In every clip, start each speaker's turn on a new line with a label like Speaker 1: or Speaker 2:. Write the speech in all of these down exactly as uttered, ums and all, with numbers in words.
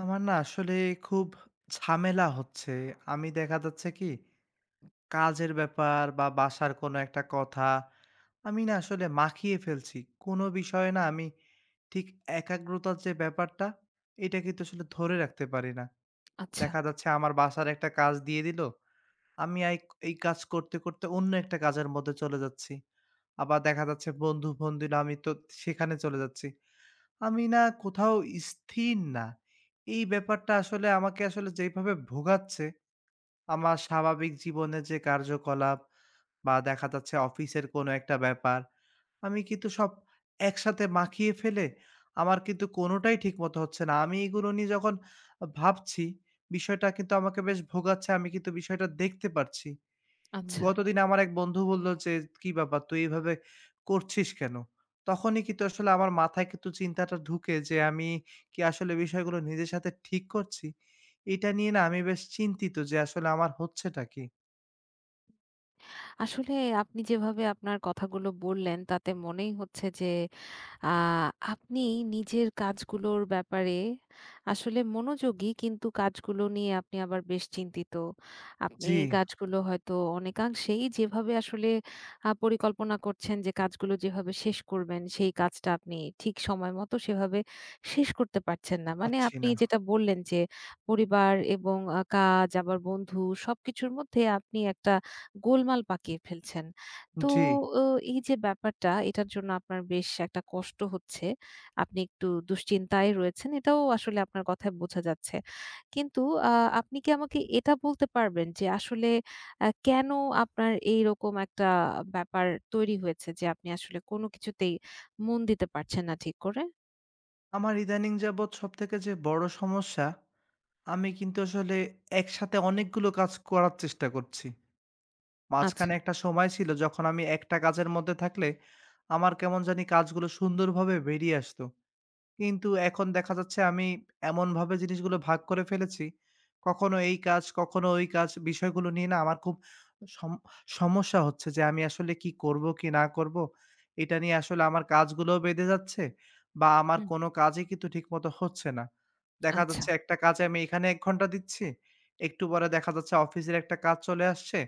Speaker 1: আমার না আসলে খুব ঝামেলা হচ্ছে। আমি দেখা যাচ্ছে কি কাজের ব্যাপার বা বাসার কোনো একটা কথা, আমি না আসলে মাখিয়ে ফেলছি। কোনো বিষয়ে না আমি ঠিক একাগ্রতার যে ব্যাপারটা, এটা কিন্তু আসলে ধরে রাখতে পারি না।
Speaker 2: আচ্ছা,
Speaker 1: দেখা যাচ্ছে আমার বাসার একটা কাজ দিয়ে দিল, আমি আই এই কাজ করতে, করতে অন্য একটা কাজের মধ্যে চলে যাচ্ছি। আবার দেখা যাচ্ছে বন্ধু ফোন দিল, আমি তো সেখানে চলে যাচ্ছি। আমি না কোথাও স্থির না। এই ব্যাপারটা আসলে আমাকে আসলে যেইভাবে ভোগাচ্ছে, আমার স্বাভাবিক জীবনে যে কার্যকলাপ বা দেখা যাচ্ছে অফিসের কোনো একটা ব্যাপার, আমি কিন্তু সব একসাথে মাখিয়ে ফেলে আমার কিন্তু কোনোটাই ঠিকমতো হচ্ছে না। আমি এগুলো নিয়ে যখন আ ভাবছি, বিষয়টা কিন্তু আমাকে বেশ ভোগাচ্ছে। আমি কিন্তু বিষয়টা দেখতে পারছি।
Speaker 2: আচ্ছা।
Speaker 1: গতদিন আমার এক বন্ধু বলল যে, "কি ব্যাপার তুই এভাবে করছিস কেন?" তখনই কিন্তু আসলে আমার মাথায় কিন্তু চিন্তাটা ঢুকে যে, আমি কি আসলে বিষয়গুলো নিজের সাথে ঠিক করছি? এটা নিয়ে না আমি বেশ চিন্তিত যে, আসলে আমার হচ্ছেটা কি?
Speaker 2: আসলে আপনি যেভাবে আপনার কথাগুলো বললেন তাতে মনেই হচ্ছে যে আ আপনি নিজের কাজগুলোর ব্যাপারে আসলে মনোযোগী, কিন্তু কাজগুলো নিয়ে আপনি আবার বেশ চিন্তিত। আপনি
Speaker 1: জি,
Speaker 2: কাজগুলো হয়তো অনেকাংশেই যেভাবে আসলে আ পরিকল্পনা করছেন, যে কাজগুলো যেভাবে শেষ করবেন সেই কাজটা আপনি ঠিক সময় মতো সেভাবে শেষ করতে পারছেন না। মানে
Speaker 1: পারছি
Speaker 2: আপনি
Speaker 1: না।
Speaker 2: যেটা বললেন যে পরিবার এবং আ কাজ, আবার বন্ধু, সবকিছুর মধ্যে আপনি একটা গোলমাল পাকিয়ে ফেলছেন। তো
Speaker 1: জি।
Speaker 2: অ এই যে ব্যাপারটা, এটার জন্য আপনার বেশ একটা কষ্ট হচ্ছে। আপনি একটু দুশ্চিন্তায় রয়েছেন। এটাও আসলে আপনার কথায় বোঝা যাচ্ছে। কিন্তু আ আপনি কি আমাকে এটা বলতে পারবেন যে আসলে আ কেন আপনার এইরকম একটা ব্যাপার তৈরি হয়েছে, যে আপনি আসলে কোনো কিছুতেই মন দিতে পারছেন না ঠিক করে?
Speaker 1: আমার ইদানিং যাবৎ সবথেকে যে বড় সমস্যা, আমি কিন্তু আসলে একসাথে অনেকগুলো কাজ করার চেষ্টা করছি।
Speaker 2: আচ্ছা।
Speaker 1: মাঝখানে একটা সময় ছিল যখন আমি একটা কাজের মধ্যে থাকলে, আমার কেমন জানি কাজগুলো সুন্দরভাবে বেরিয়ে আসতো। কিন্তু এখন দেখা যাচ্ছে আমি এমনভাবে জিনিসগুলো ভাগ করে ফেলেছি, কখনো এই কাজ, কখনো ওই কাজ বিষয়গুলো নিয়ে না আমার খুব সম সমস্যা হচ্ছে যে আমি আসলে কি করব, কি না করব? এটা নিয়ে আসলে আমার কাজগুলোও বেঁধে যাচ্ছে বা আমার
Speaker 2: হুম,
Speaker 1: কোনো কাজই কিন্তু ঠিকমতো হচ্ছে না। দেখা
Speaker 2: আচ্ছা,
Speaker 1: যাচ্ছে একটা কাজে আমি এখানে এক ঘন্টা দিচ্ছি, একটু পরে দেখা যাচ্ছে অফিসের একটা কাজ চলে আসছে,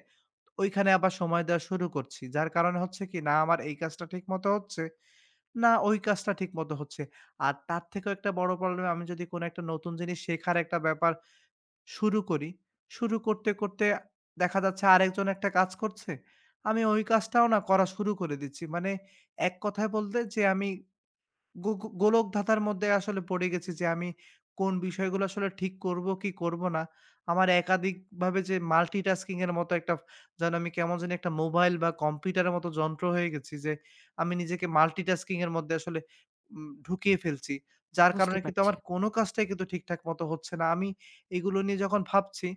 Speaker 1: ওইখানে আবার সময় দেওয়া শুরু করছি। যার কারণে হচ্ছে কি না আমার এই কাজটা ঠিকমতো হচ্ছে না, ওই কাজটা ঠিকমতো হচ্ছে। আর তার থেকেও একটা বড় প্রবলেম আমি যদি কোনো একটা নতুন জিনিস শেখার একটা ব্যাপার শুরু করি, শুরু করতে, করতে দেখা যাচ্ছে আরেকজন একটা কাজ করছে। আমি ওই কাজটাও না করা শুরু করে দিচ্ছি। মানে এক কথায় বলতে যে আমি গো গো গোলকধাঁধার মধ্যে আসলে পড়ে গেছি যে আমি কোন বিষয়গুলো আসলে ঠিক করব কি করব না। আমার একাধিকভাবে যে মাল্টিটাস্কিং এর মতো একটা যেন আমি কেমন জানি একটা মোবাইল বা কম্পিউটারের মতো যন্ত্র হয়ে গেছি যে আমি নিজেকে মাল্টিটাস্কিং এর মধ্যে আসলে উম ঢুকিয়ে ফেলছি। যার
Speaker 2: বুঝতে
Speaker 1: কারণে কিন্তু
Speaker 2: পারছি।
Speaker 1: আমার কোনো কাজটাই কিন্তু ঠিকঠাক মতো হচ্ছে না। আমি এগুলো নিয়ে যখন ভাবছি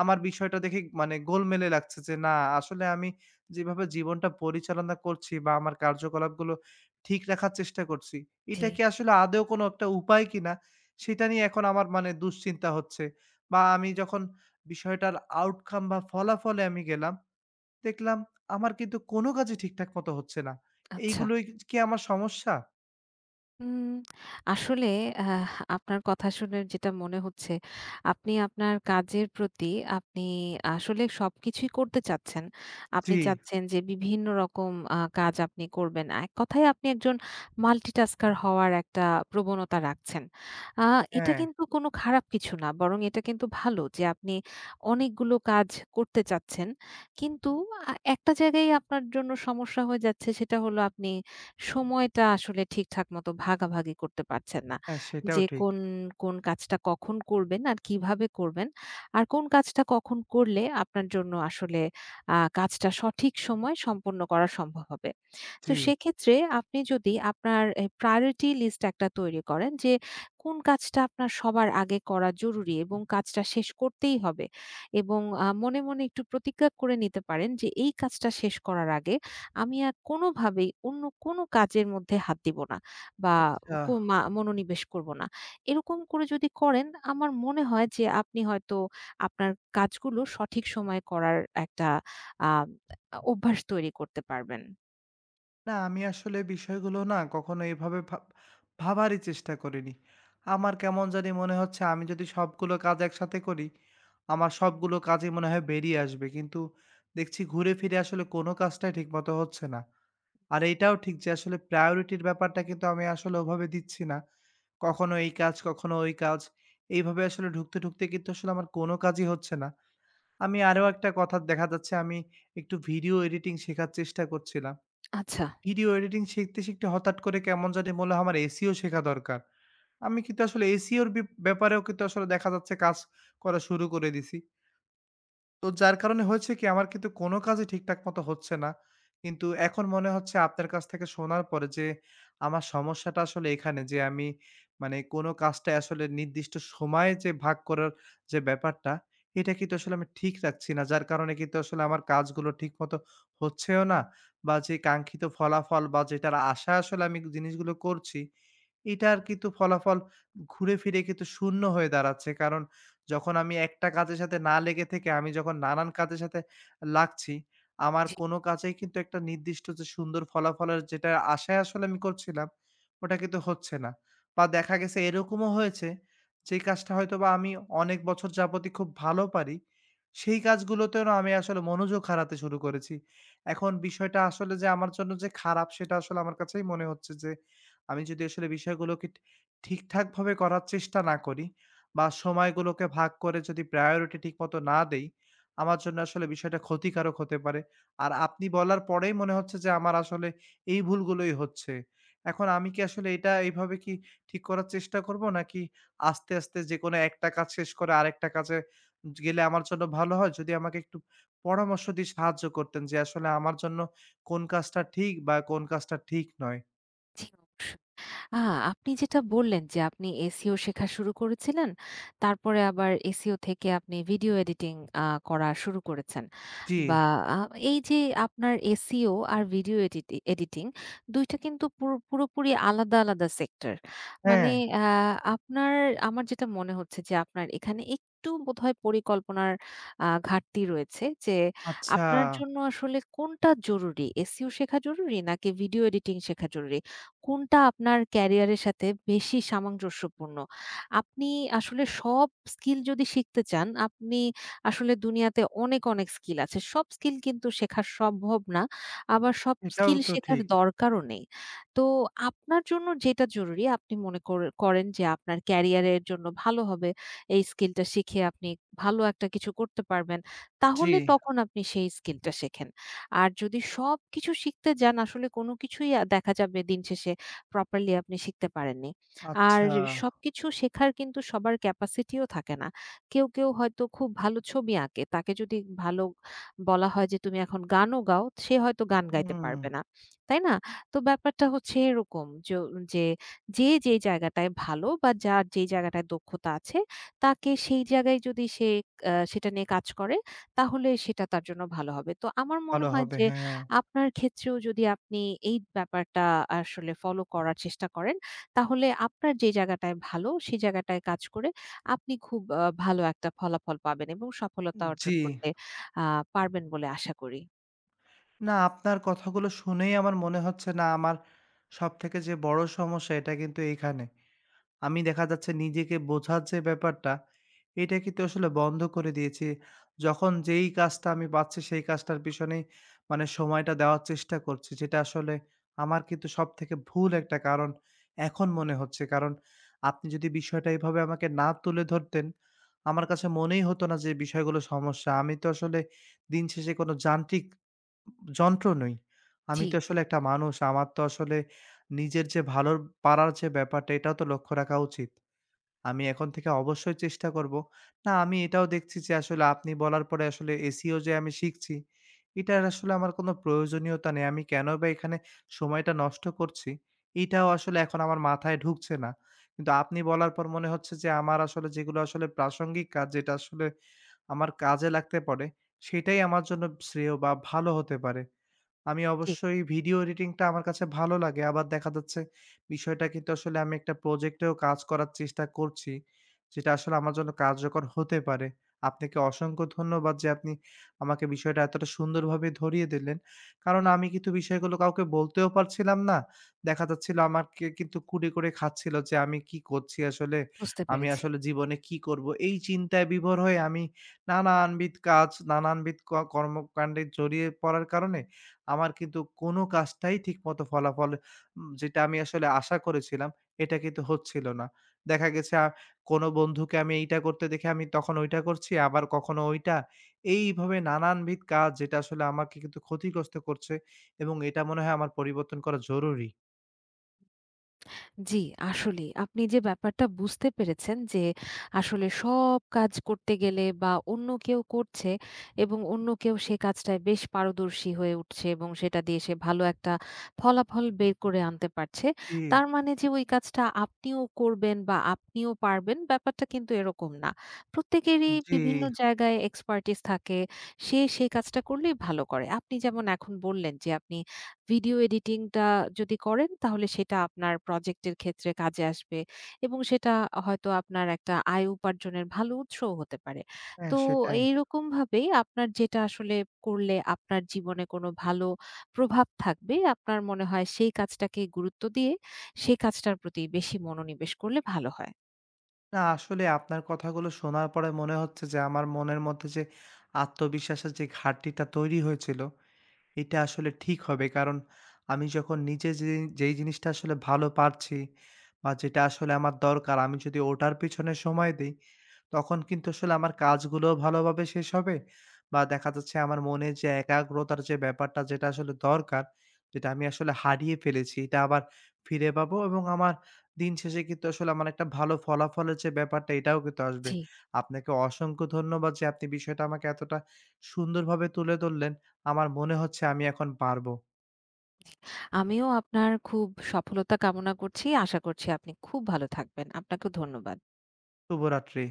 Speaker 1: আমার বিষয়টা দেখে মানে গোলমেলে লাগছে যে না আসলে আমি যেভাবে জীবনটা পরিচালনা করছি বা আমার কার্যকলাপগুলো ঠিক রাখার চেষ্টা করছি।
Speaker 2: জি,
Speaker 1: এটা কি আসলে আদৌ কোনো একটা উপায় কিনা? সেটা নিয়ে এখন আমার মানে দুশ্চিন্তা হচ্ছে। বা আমি যখন বিষয়টার আউটকাম বা ফলাফলে আমি গেলাম, দেখলাম আমার কিন্তু কোনো কাজই ঠিকঠাক মতো হচ্ছে না।
Speaker 2: আচ্ছা।
Speaker 1: এইগুলোই কি আমার সমস্যা?
Speaker 2: উম আসলে আহ আপনার কথা শুনে যেটা মনে হচ্ছে, আপনি আপনার কাজের প্রতি, আপনি আসলে সবকিছুই করতে চাচ্ছেন।
Speaker 1: জি,
Speaker 2: আপনি চাচ্ছেন যে বিভিন্ন রকম আ কাজ আপনি করবেন। এক কথায় আপনি একজন মাল্টিটাস্কার হওয়ার একটা প্রবণতা রাখছেন। আ এটা
Speaker 1: হ্যাঁ,
Speaker 2: কিন্তু কোনো খারাপ কিছু না। বরং এটা কিন্তু ভালো যে আপনি অনেকগুলো কাজ করতে চাচ্ছেন। কিন্তু আ একটা জায়গায় আপনার জন্য সমস্যা হয়ে যাচ্ছে, সেটা হলো আপনি সময়টা আসলে ঠিকঠাক মতো ভাগাভাগি করতে পারছেন না।
Speaker 1: হ্যাঁ সেটাও
Speaker 2: যে
Speaker 1: ঠিক।
Speaker 2: কোন, কোন কাজটা কখন করবেন আর কিভাবে করবেন। আর কোন কাজটা কখন করলে আপনার জন্য আসলে আ কাজটা সঠিক সময়ে সম্পন্ন করা সম্ভব হবে। তো
Speaker 1: জি,
Speaker 2: সেক্ষেত্রে আপনি যদি আপনার এ প্রায়োরিটি লিস্ট একটা তৈরি করেন যে কোন কাজটা আপনার সবার আগে করা জরুরি এবং কাজটা শেষ করতেই হবে, এবং আ মনে, মনে একটু প্রতিজ্ঞা করে নিতে পারেন যে এই কাজটা শেষ করার আগে আমি আর কোনোভাবেই অন্য কোনো কাজের মধ্যে হাত দিব না বা
Speaker 1: আচ্ছা।
Speaker 2: কো মা মনোনিবেশ করব না। এরকম করে যদি করেন, আমার মনে হয় যে আপনি হয়তো আপনার কাজগুলো সঠিক সময়ে করার একটা আ অভ্যাস তৈরি করতে পারবেন।
Speaker 1: না, আমি আসলে বিষয়গুলো না কখনো এভাবে ভাব ভাবারই চেষ্টা করিনি। আমার কেমন জানি মনে হচ্ছে আমি যদি সবগুলো কাজ একসাথে করি, আমার সবগুলো কাজই মনে হয় বেরিয়ে আসবে। কিন্তু দেখছি ঘুরে ফিরে আসলে কোনো কাজটাই ঠিকমতো হচ্ছে না। আর এইটাও ঠিক যে আসলে প্রায়োরিটির ব্যাপারটা কিন্তু আমি আসলে ওভাবে দিচ্ছি না। কখনো এই কাজ, কখনো ওই কাজ। এইভাবে আসলে ঢুকতে, ঢুকতে কিন্তু আসলে আমার কোনো কাজই হচ্ছে না। আমি আরো একটা কথা দেখা যাচ্ছে আমি একটু ভিডিও এডিটিং শেখার চেষ্টা করছিলাম।
Speaker 2: আচ্ছা।
Speaker 1: ভিডিও এডিটিং শিখতে, শিখতে হঠাৎ করে কেমন জানি মনে হয় আমার এসইও শেখা দরকার। আমি কিন্তু আসলে এসইও র বিপ ব্যাপারেও কিন্তু আসলে দেখা যাচ্ছে কাজ করা শুরু করে দিছি। তো যার কারণে হয়েছে কি আমার কিন্তু কোনো কাজই ঠিকঠাক মতো হচ্ছে না। কিন্তু এখন মনে হচ্ছে আপনার কাছ থেকে শোনার পরে যে আমার সমস্যাটা আসলে এখানে যে আমি মানে কোনো কাজটা আসলে নির্দিষ্ট সময়ে যে ভাগ করার যে ব্যাপারটা, এটা কিন্তু আসলে আমি ঠিক রাখছি না। যার কারণে কিন্তু আসলে আমার কাজগুলো ঠিকমতো হচ্ছেও না বা যে কাঙ্ক্ষিত ফলাফল বা যেটার আশা আসলে আমি জিনিসগুলো করছি, এটার কিন্তু ফলাফল ঘুরে ফিরে কিন্তু শূন্য হয়ে দাঁড়াচ্ছে। কারণ যখন আমি একটা কাজের সাথে না লেগে থেকে আমি যখন নানান কাজের সাথে লাগছি, আমার কোনো কাজেই কিন্তু একটা নির্দিষ্ট যে সুন্দর ফলাফলের যেটা আশায় আসলে আমি করছিলাম, ওটা কিন্তু হচ্ছে না। বা দেখা গেছে এরকমও হয়েছে, যেই কাজটা হয়তোবা আমি অনেক বছর যাবতই খুব ভালো পারি, সেই কাজগুলোতেও না আমি আসলে মনোযোগ হারাতে শুরু করেছি। এখন বিষয়টা আসলে যে আমার জন্য যে খারাপ, সেটা আসলে আমার কাছেই মনে হচ্ছে যে, আমি যদি আসলে বিষয়গুলোকে ঠি ঠিকঠাকভাবে করার চেষ্টা না করি, বা সময়গুলোকে ভাগ করে যদি priority ঠিক মতো না দেই, আমার জন্য আসলে বিষয়টা ক্ষতিকারক হতে পারে। আর আপনি বলার পরেই মনে হচ্ছে যে আমার আসলে এই ভুলগুলোই হচ্ছে। এখন আমি কি আসলে এটা এইভাবে কি ঠিক করার চেষ্টা করব? নাকি আস্তে, আস্তে যেকোনো একটা কাজ শেষ করে আরেকটা কাজে গেলে আমার জন্য ভালো হয়? যদি আমাকে একটু পরামর্শ দিয়ে সাহায্য করতেন যে আসলে আমার জন্য কোন কাজটা ঠিক বা কোন কাজটা ঠিক নয়।
Speaker 2: জি, অবশ্যই। আ আপনি যেটা বললেন যে আপনি এস ই ও শেখা শুরু করেছিলেন। তারপরে আবার এস ই ও থেকে আপনি ভিডিও এডিটিং আ করা শুরু করেছেন।
Speaker 1: জি,
Speaker 2: বা আ এই যে আপনার এস ই ও আর ভিডিও এডিটি এডিটিং দুই টা কিন্তু পুরো পুরোপুরি আলাদা, আলাদা সেক্টর। মানে
Speaker 1: হ্যাঁ,
Speaker 2: আ আপনার, আমার যেটা মনে হচ্ছে যে আপনার এখানে একটু বোধহয় পরিকল্পনার আ ঘাটতি রয়েছে, যে
Speaker 1: আচ্ছা,
Speaker 2: আপনার জন্য আসলে কোনটা জরুরি? এস ই ও শেখা জরুরি নাকি ভিডিও এডিটিং শেখা জরুরি? কোনটা আপনার ক্যারিয়ারের সাথে বেশি সামঞ্জস্যপূর্ণ? আপনি আসলে সব স্কিল যদি শিখতে চান, আপনি আসলে দুনিয়াতে অনেক, অনেক স্কিল আছে। সব স্কিল কিন্তু শেখা সম্ভব না। আবার সব
Speaker 1: এটাও
Speaker 2: স্কিল
Speaker 1: তো
Speaker 2: শেখার
Speaker 1: ঠিক।
Speaker 2: দরকারও নেই। তো আপনার জন্য যেটা জরুরি, আপনি মনে কর করেন যে আপনার ক্যারিয়ারের জন্য ভালো হবে, এই স্কিলটা শিখে আপনি ভালো একটা কিছু করতে পারবেন,
Speaker 1: জি,
Speaker 2: তাহলে তখন আপনি সেই স্কিলটা শেখেন। আর যদি সবকিছু শিখতে যান, আসলে কোনো কিছুই আ দেখা যাবে দিন শেষে প্রপারলি আপনি শিখতে পারেননি। আর
Speaker 1: আচ্ছা।
Speaker 2: সবকিছু শেখার কিন্তু সবার ক্যাপাসিটিও থাকে না। কেউ, কেউ হয়তো খুব ভালো ছবি আঁকে। তাকে যদি ভালো বলা হয় যে, "তুমি এখন গানও গাও," সে হয়তো গান গাইতে
Speaker 1: হুম,
Speaker 2: পারবে না। তাই না? তো ব্যাপারটা হচ্ছে এরকম যো যে, যে যেই জায়গাটায় ভালো বা যার যেই জায়গাটায় দক্ষতা আছে, তাকে সেই জায়গায় যদি সে আ সেটা নিয়ে কাজ করে, তাহলে সেটা তার জন্য ভালো হবে। তো আমার মনে
Speaker 1: ভালো
Speaker 2: হয়
Speaker 1: হবে।
Speaker 2: যে
Speaker 1: হ্যাঁ,
Speaker 2: আপনার ক্ষেত্রেও যদি আপনি এই ব্যাপারটা আসলে ফলো করার চেষ্টা করেন, তাহলে আপনার যে জায়গাটায় ভালো, সেই জায়গাটায় কাজ করে আপনি খুব আ ভালো একটা ফলাফল পাবেন এবং সফলতা
Speaker 1: জি।
Speaker 2: অর্জন করতে আ পারবেন বলে আশা করি।
Speaker 1: না আপনার কথাগুলো শুনেই আমার মনে হচ্ছে না আমার সবথেকে যে বড় সমস্যা এটা কিন্তু এইখানে। আমি দেখা যাচ্ছে নিজেকে বোঝার যে ব্যাপারটা, এটা কিন্তু আসলে বন্ধ করে দিয়েছি। যখন যেই কাজটা আমি পাচ্ছি সেই কাজটার পিছনেই মানে সময়টা দেওয়ার চেষ্টা করছি। যেটা আসলে আমার কিন্তু সবথেকে ভুল একটা কারণ এখন মনে হচ্ছে। কারণ আপনি যদি বিষয়টা এভাবে আমাকে না তুলে ধরতেন, আমার কাছে মনেই হতো না যে বিষয়গুলো সমস্যা। আমি তো আসলে দিন শেষে কোনো যান্ত্রিক যন্ত্র নই। আমি
Speaker 2: জি,
Speaker 1: তো আসলে একটা মানুষ। আমার তো আসলে নিজের যে ভালো পারার যে ব্যাপারটা এটাও তো লক্ষ্য রাখা উচিত। আমি এখন থেকে অবশ্যই চেষ্টা করব। না, আমি এটাও দেখছি যে আসলে আপনি বলার পরে আসলে এস ই ও যে আমি শিখছি, এটার আসলে আমার কোনো প্রয়োজনীয়তা নেই। আমি কেনই বা এখানে সময়টা নষ্ট করছি? এটাও আসলে এখন আমার মাথায় ঢুকছে না। কিন্তু আপনি বলার পর মনে হচ্ছে যে আমার আসলে যেগুলো আসলে প্রাসঙ্গিক কাজ, যেটা আসলে আমার কাজে লাগতে পারে, সেটাই আমার জন্য শ্রেয় বা ভালো হতে পারে। আমি
Speaker 2: জি।
Speaker 1: অবশ্যই ভিডিও এডিটিংটা আমার কাছে ভালো লাগে। আবার দেখা যাচ্ছে বিষয়টা কিন্তু আসলে আমি একটা প্রজেক্টেও কাজ করার চেষ্টা করছি। যেটা আসলে আমার জন্য কার্যকর হতে পারে। আপনাকে অসংখ্য ধন্যবাদ যে আপনি আমাকে বিষয়টা এতটা সুন্দরভাবে ধরিয়ে দিলেন। কারণ
Speaker 2: হুম,
Speaker 1: আমি কিন্তু বিষয়গুলো কাউকে বলতেও পারছিলাম না। দেখা যাচ্ছিল আমাকে কিন্তু কুরে, কুরে খাচ্ছিল যে আমি কি করছি আসলে?
Speaker 2: বুঝতে
Speaker 1: আমি
Speaker 2: পেরেছি।
Speaker 1: আসলে জীবনে কি করব? এই চিন্তায় বিভোর হয়ে আমি নানানবিধ কাজ, নানানবিধ ক কর্মকাণ্ডে জড়িয়ে পড়ার কারণে আমার কিন্তু কোনো কাজটাই ঠিকমতো ফলাফল উম যেটা আমি আসলে আশা করেছিলাম, এটা কিন্তু হচ্ছিল না। দেখা গেছে আ কোনো বন্ধুকে আমি এইটা করতে দেখে আমি তখন ওইটা করছি, আবার কখনো ওইটা। এইভাবে নানানবিধ কাজ যেটা আসলে আমাকে কিন্তু ক্ষতিগ্রস্ত করছে এবং এটা মনে হয় আমার পরিবর্তন করা জরুরি।
Speaker 2: জি, আসলেই। আপনি যে ব্যাপারটা বুঝতে পেরেছেন, যে আসলে সব কাজ করতে গেলে বা অন্য কেউ করছে এবং অন্য কেউ সে কাজটায় বেশ পারদর্শী হয়ে উঠছে এবং সেটা দিয়ে সে ভালো একটা ফলাফল বের করে আনতে পারছে,
Speaker 1: জি,
Speaker 2: তার মানে যে ওই কাজটা আপনিও করবেন বা আপনিও পারবেন, ব্যাপারটা কিন্তু এরকম না। প্রত্যেকেরই
Speaker 1: জি।
Speaker 2: বিভিন্ন জায়গায় expertise থাকে। সে সেই কাজটা করলেই ভালো করে। আপনি যেমন এখন বললেন যে আপনি ভিডিও এডিটিংটা যদি করেন তাহলে সেটা আপনার প্রজেক্টের ক্ষেত্রে কাজে আসবে এবং সেটা হয়তো আপনার একটা আয় উপার্জনের ভালো উৎসও হতে পারে।
Speaker 1: হ্যাঁ,
Speaker 2: তো
Speaker 1: সেটাই।
Speaker 2: এইরকম ভাবেই আপনার যেটা আসলে করলে আপনার জীবনে কোনো ভালো প্রভাব থাকবে, আপনার মনে হয় সেই কাজটাকে গুরুত্ব দিয়ে সেই কাজটার প্রতি বেশি মনোনিবেশ করলে ভালো হয়।
Speaker 1: না আসলে আপনার কথাগুলো শোনার পরে মনে হচ্ছে যে আমার মনের মধ্যে যে আত্মবিশ্বাসের যে ঘাটতিটা তৈরি হয়েছিল এটা আসলে ঠিক হবে। কারণ আমি যখন নিজে যে যেই জিনিসটা আসলে ভালো পারছি বা যেটা আসলে আমার দরকার, আমি যদি ওটার পিছনে সময় দেই, তখন কিন্তু আসলে আমার কাজগুলোও ভালোভাবে শেষ হবে। বা দেখা যাচ্ছে আমার মনে যে একাগ্রতার যে ব্যাপারটা যেটা আসলে দরকার, যেটা আমি আসলে হারিয়ে ফেলেছি, এটা আবার ফিরে পাবো এবং আমার দিন শেষে কিন্তু আসলে আমার একটা ভালো ফলাফলের যে ব্যাপারটা, এটাও কিন্তু আসবে।
Speaker 2: জি,
Speaker 1: আপনাকে অসংখ্য ধন্যবাদ যে আপনি বিষয়টা আমাকে এতটা সুন্দরভাবে তুলে ধরলেন। আমার মনে হচ্ছে আমি এখন পারবো।
Speaker 2: আমিও আপনার খুব সফলতা কামনা করছি। আশা করছি আপনি খুব ভালো থাকবেন। আপনাকেও ধন্যবাদ।
Speaker 1: শুভরাত্রি।